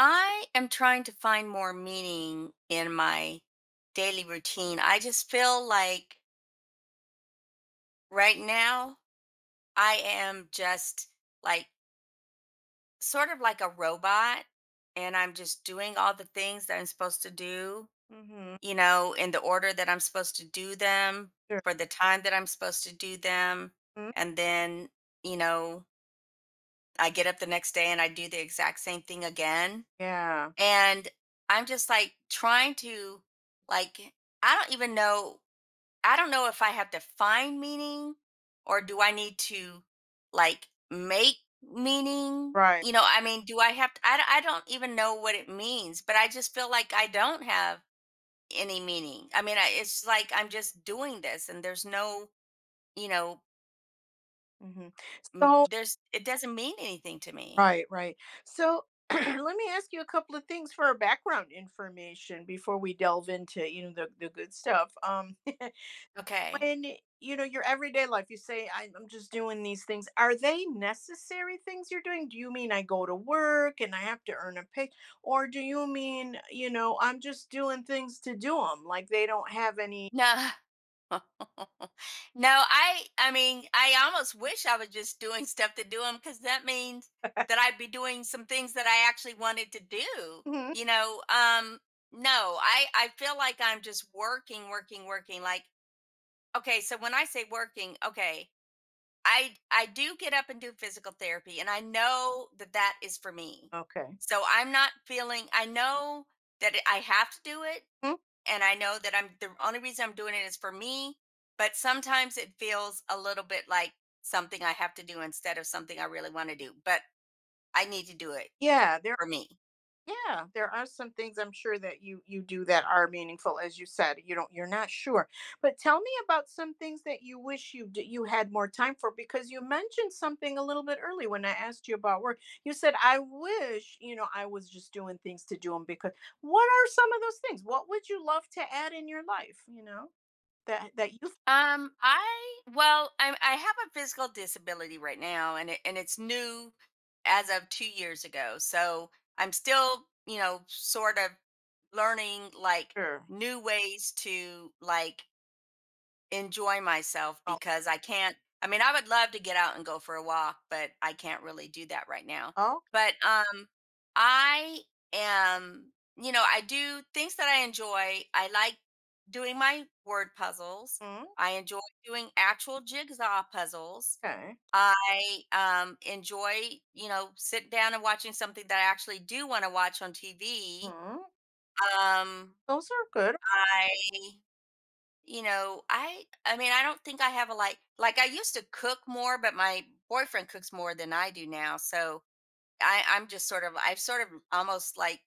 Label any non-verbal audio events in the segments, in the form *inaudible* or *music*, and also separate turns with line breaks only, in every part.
I am trying to find more meaning in my daily routine. I just feel like right now I am just like sort of like a robot, and I'm just doing all the things that I'm supposed to do,
Mhm.
you know, in the order that I'm supposed to do them,
Sure.
for the time that I'm supposed to do them.
Mhm.
And then, you know, I get up the next day and I do the exact same thing again.
Yeah.
And I'm just trying to, like I don't even know, I don't know if I have to find meaning or do I need to, make meaning?
Right.
Do I have to, I don't even know what it means, but I just feel like I don't have any meaning. It's like I'm just doing this and there's no, you know,
Mhm.
m-
So
there's, it doesn't mean anything to me.
right, right. So *clears throat* let me ask you a couple of things for our background information before we delve into, you know, the good stuff. *laughs*
Okay. *laughs*
When you know your everyday life, you say I'm just doing these things. Are they necessary things you're doing? Do you mean I go to work and I have to earn a pay, or do you mean, you know, I'm just doing things to do them, like they don't have any?
No. *laughs* No, I mean, I almost wish I was just doing stuff to do them because that means that I'd be doing some things that I actually wanted to do.
Mhm.
You know, um, no, I feel like I'm just working, working, working. Like, okay, so when I say working, okay, I do get up and do physical therapy, and I know that that is for me.
Okay.
So I'm not feeling. I know that I have to do it,
Mhm.
and I know that I'm the only reason I'm doing it is for me, but sometimes it feels a little bit like something I have to do instead of something I really want to do, but I need to do it
Yeah, they're
for me.
Yeah, there are some things I'm sure that you do that are meaningful, as you said. You're not sure. But tell me about some things that you wish you had more time for, because you mentioned something a little bit early when I asked you about work. You said, I wish, you know, I was just doing things to do them, because what are some of those things? What would you love to add in your life, you know, that that you—
I well, I have a physical disability right now, and it's new as of 2 years ago. So I'm still, you know, sort of learning, like
Sure.
new ways to, like, enjoy myself
Oh,
because I can't. I mean, I would love to get out and go for a walk, but I can't really do that right now.
oh,
But I am, you know, I do things that I enjoy. I like doing my word puzzles.
mm,
I enjoy doing actual jigsaw puzzles.
okay.
I, enjoy, you know, sitting down and watching something that I actually do want to watch on TV.
Mm,
Um,
those are good.
I You know, I mean, I don't think I have a, like I used to cook more, but my boyfriend cooks more than I do now, so I'm just sort of, I've sort of almost like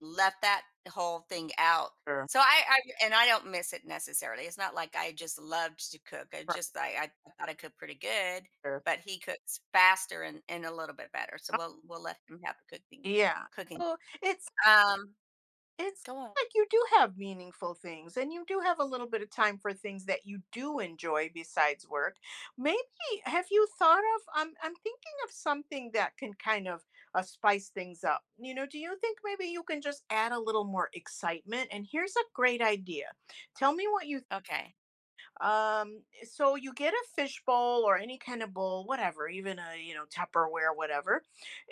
left that whole thing out.
Sure.
So I and I don't miss it necessarily, it's not like I just loved to cook, I
Right
just I thought I cooked pretty good,
there.
but he cooks faster and a little bit better, so we'll let him have the cooking
Yeah.
cooking
So it's
um
It sounds
go on.
like you do have meaningful things and you do have a little bit of time for things that you do enjoy besides work. Maybe have you thought of I'm thinking of something that can kind of spice things up. You know, do you think maybe you can just add a little more excitement? And here's a great idea. Tell me what you—
Okay.
um, so you get a fish bowl or any kind of bowl, whatever, even a, you know, Tupperware, whatever,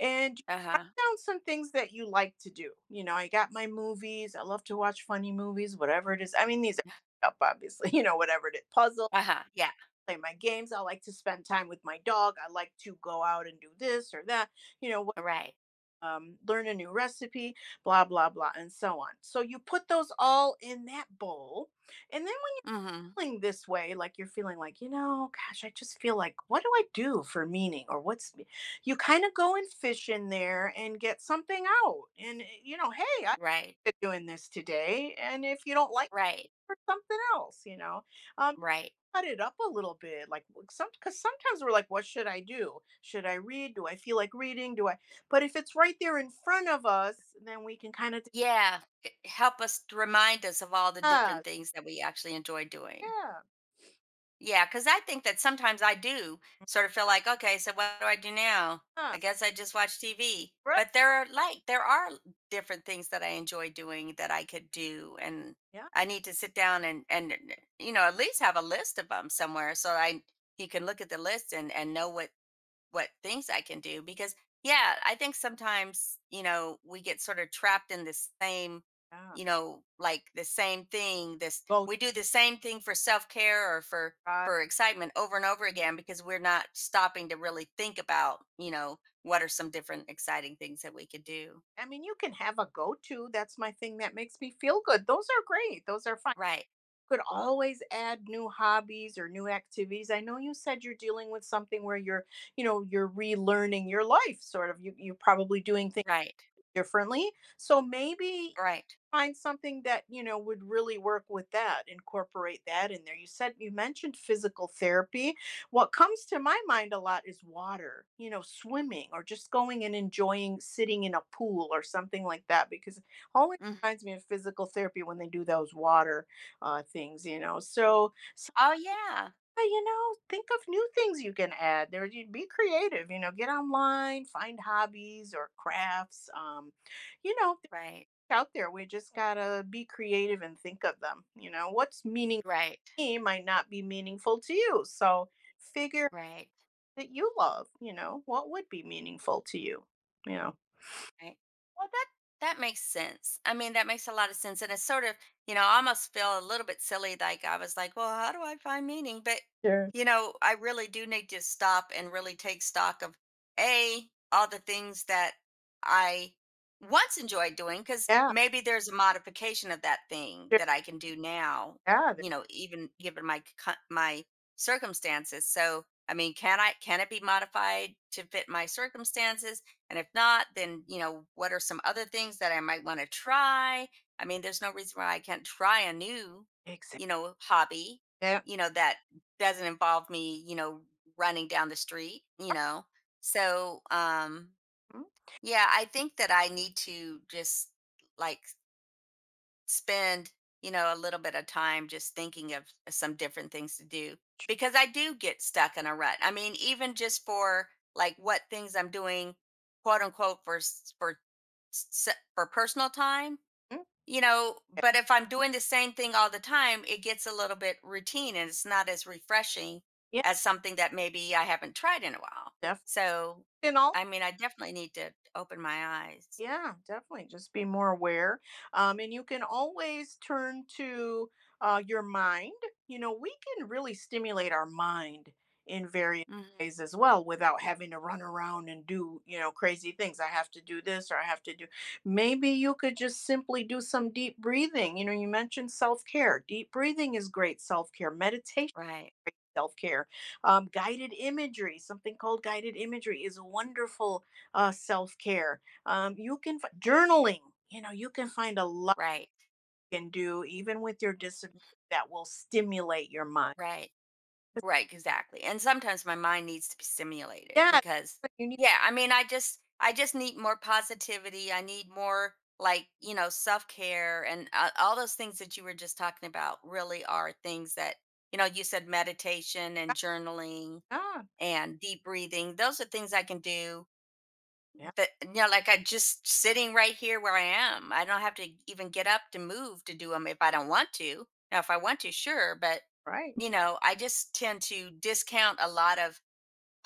and you write
Uh-huh.
down some things that you like to do. You know, I got my movies. I love to watch funny movies, whatever it is. I mean, these
*laughs*
*laughs* are up obviously. *laughs* You know, whatever it is, puzzle.
Uh-huh, yeah.
Play my games. I like to spend time with my dog. I like to go out and do this or that. You know,
Right.
learn a new recipe, blah blah blah, and so on. So you put those all in that bowl, and then,
Mm-hmm.
feeling this way, like you're feeling like, you know, gosh, I just feel like, what do I do for meaning or what's me-, you kind of go and fish in there and get something out. And, you know, hey, I'm
Right,
doing this today. And if you don't like it,
right,
for something else, you know, um,
right.
cut it up a little bit. Like some, because sometimes we're like, what should I do? Should I read? Do I feel like reading? Do I? But if it's right there in front of us, then we can kind of—
Yeah, help us to remind us of all the different
Ah,
things that we actually enjoy doing.
yeah,
Yeah, because I think that sometimes I do sort of feel like, okay, so what do I do now?
huh,
I guess I just watch TV.
right,
But there are, like, there are different things that I enjoy doing that I could do, and
yeah,
I need to sit down and you know, at least have a list of them somewhere, so I you can look at the list and know what things I can do. Because yeah, I think sometimes, you know, we get sort of trapped in the same,
yeah,
you know, like the same thing. This —
go
we do the same thing for self-care or for
try.
for excitement over and over again because we're not stopping to really think about, you know, what are some different exciting things that we could do.
I mean, you can have a go-to, that's my thing that makes me feel good. Those are great, those are fine.
Right.
You could always add new hobbies or new activities. I know you said you're dealing with something where you're, you know, you're relearning your life sort of. You're probably doing things
Right.
differently. So maybe
Right.
find something that, you know, would really work with that, incorporate that in there. You said you mentioned physical therapy. What comes to my mind a lot is water, you know, swimming or just going and enjoying sitting in a pool or something like that, because it always
Mm.
reminds me of physical therapy when they do those water things, you know. So,
Oh yeah.
you know, think of new things you can add. There, you be creative. You know, get online, find hobbies or crafts. You know,
Right.
out there. We just gotta be creative and think of them. You know, what's meaning
Right.
to me might not be meaningful to you. So figure
Right.
that you love, you know, what would be meaningful to you, you know?
Right. Well, that makes sense. I mean, that makes a lot of sense, and it's sort of, you know, I almost feel a little bit silly. Like I was like, well, how do I find meaning? But
Sure.
you know, I really do need to stop and really take stock of a all the things that I once enjoyed doing, because
Yeah.
maybe there's a modification of that thing
Sure.
that I can do now.
Yeah, there—
You know, even given my my circumstances. So, I mean, can I — can it be modified to fit my circumstances? And if not, then, you know, what are some other things that I might want to try? I mean, there's no reason why I can't try a new,
Exactly.
you know, hobby,
Yeah.
you know, that doesn't involve me, you know, running down the street, you know. So,
Mm,
yeah, I think that I need to just, like spend, you know, a little bit of time just thinking of some different things to do, because I do get stuck in a rut. I mean, even just for, like, what things I'm doing, quote unquote, for s- for personal time,
mm,
you know.
yeah,
But if I'm doing the same thing all the time, it gets a little bit routine and it's not as refreshing
yeah,
as something that maybe I haven't tried in a while.
definitely.
So,
And all—
I mean, I definitely need to open my eyes.
Yeah, definitely. Just be more aware. And you can always turn to your mind. You know, we can really stimulate our mind in various
Hmm.
ways as well, without having to run around and do, you know, crazy things. I have to do this, or I have to do. Maybe you could just simply do some deep breathing. You know, you mentioned self care. Deep breathing is great self care. Meditation
Right,
self care. Guided imagery, something called guided imagery, is wonderful self care. You can journaling. You know, you can find a lot
right,
you can do even with your disability that will stimulate your mind.
right.
'Cause—
Right, exactly. And sometimes my mind needs to be stimulated,
Yeah,
because
you need.
yeah, I mean I just need more positivity. I need more, like, you know, self-care, and all those things that you were just talking about really are things that, you know, you said meditation and journaling
Ah,
and deep breathing. Those are things I can do,
yeah,
but you know, like I — just sitting right here where I am. I don't have to even get up to move to do them if I don't want to. Now, if I want to, sure, but
right.
you know, I just tend to discount a lot of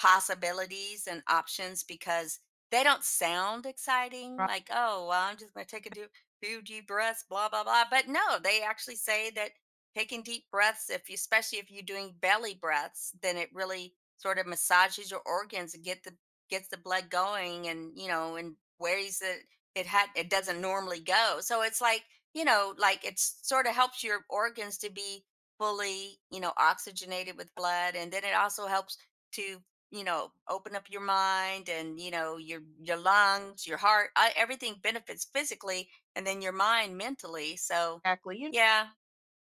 possibilities and options because they don't sound exciting.
Right,
Like, oh, well, I'm just going to take a few deep breaths, blah, blah, blah. But no, they actually say that taking deep breaths, if especially if you're doing belly breaths, then it really sort of massages your organs and gets the blood going, and you know, in ways that it doesn't normally go. So it's like, you know, like it sort of helps your organs to be fully, you know, oxygenated with blood, and then it also helps to, you know, open up your mind and, you know, your lungs, your heart, everything benefits physically, and then your mind mentally. So
exactly. You know,
yeah.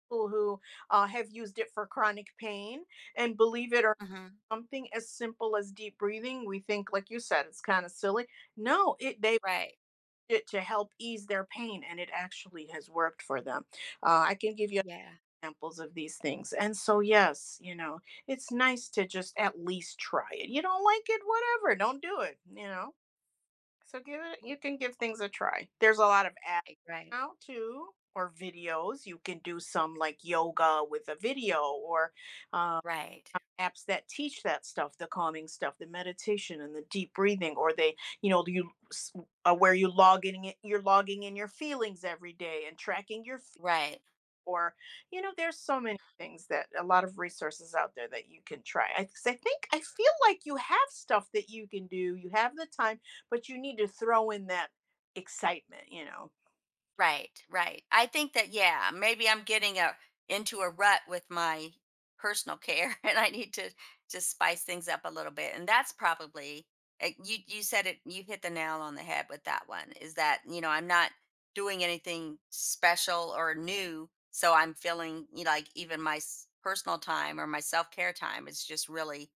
people who have used it for chronic pain, and believe it or—
Hmm.
Something as simple as deep breathing, we think, like you said, it's kind of silly. No, it, they,
Right.
it, to help ease their pain, and it actually has worked for them. I can give you
Yeah,
examples of these things, and so, yes, you know, it's nice to just at least try it. You don't like it, whatever, don't do it, you know. So give it, you can give things a try. There's a lot of apps
right. Right.
now too, or videos. You can do some, like, yoga with a video, or um,
right
apps that teach that stuff, the calming stuff, the meditation and the deep breathing, or they, you know, you, where you logging it, you're logging in your feelings every day and tracking your
right,
or, you know, there's so many things, that a lot of resources out there that you can try. 'Cause I think I feel like you have stuff that you can do, you have the time, but you need to throw in that excitement, you know.
right. right. I think that yeah, maybe I'm getting a into a rut with my personal care, *laughs* and I need to just spice things up a little bit. And that's probably, you — you said it. You hit the nail on the head with that one. Is that, you know, I'm not doing anything special or new, so I'm feeling, you know, like even my personal time or my self care time is just really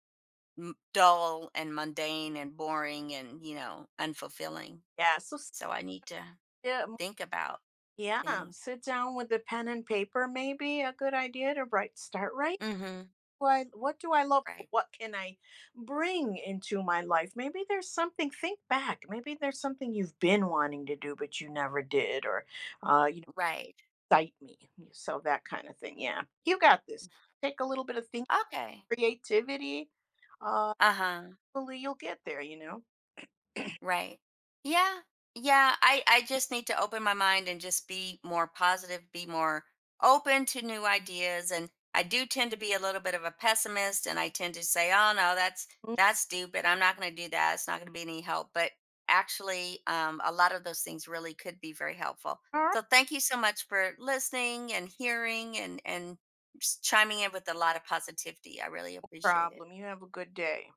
dull and mundane and boring and, you know, unfulfilling.
Yeah, so,
So I need to
yeah.
think about
Yeah,
things.
sit down with the pen and paper, maybe a good idea to write, start writing.
Mhm.
What do I love?
Right.
What can I bring into my life? Maybe there's something, think back. Maybe there's something you've been wanting to do, but you never did, or you know,
Right.
excite me. So that kind of thing. Yeah. You got this. Take a little bit of thinking,
Okay.
creativity. Uh,
Uh-huh.
hopefully you'll get there, you know.
Right. Yeah. Yeah, I just need to open my mind and just be more positive, be more open to new ideas. And I do tend to be a little bit of a pessimist, and I tend to say, "Oh no, that's
Mm.
that's stupid. I'm not going to do that. It's not going to be any help." But actually, a lot of those things really could be very helpful.
All right,
So thank you so much for listening and hearing, and just chiming in with a lot of positivity. I really appreciate it.
problem. You have a good day.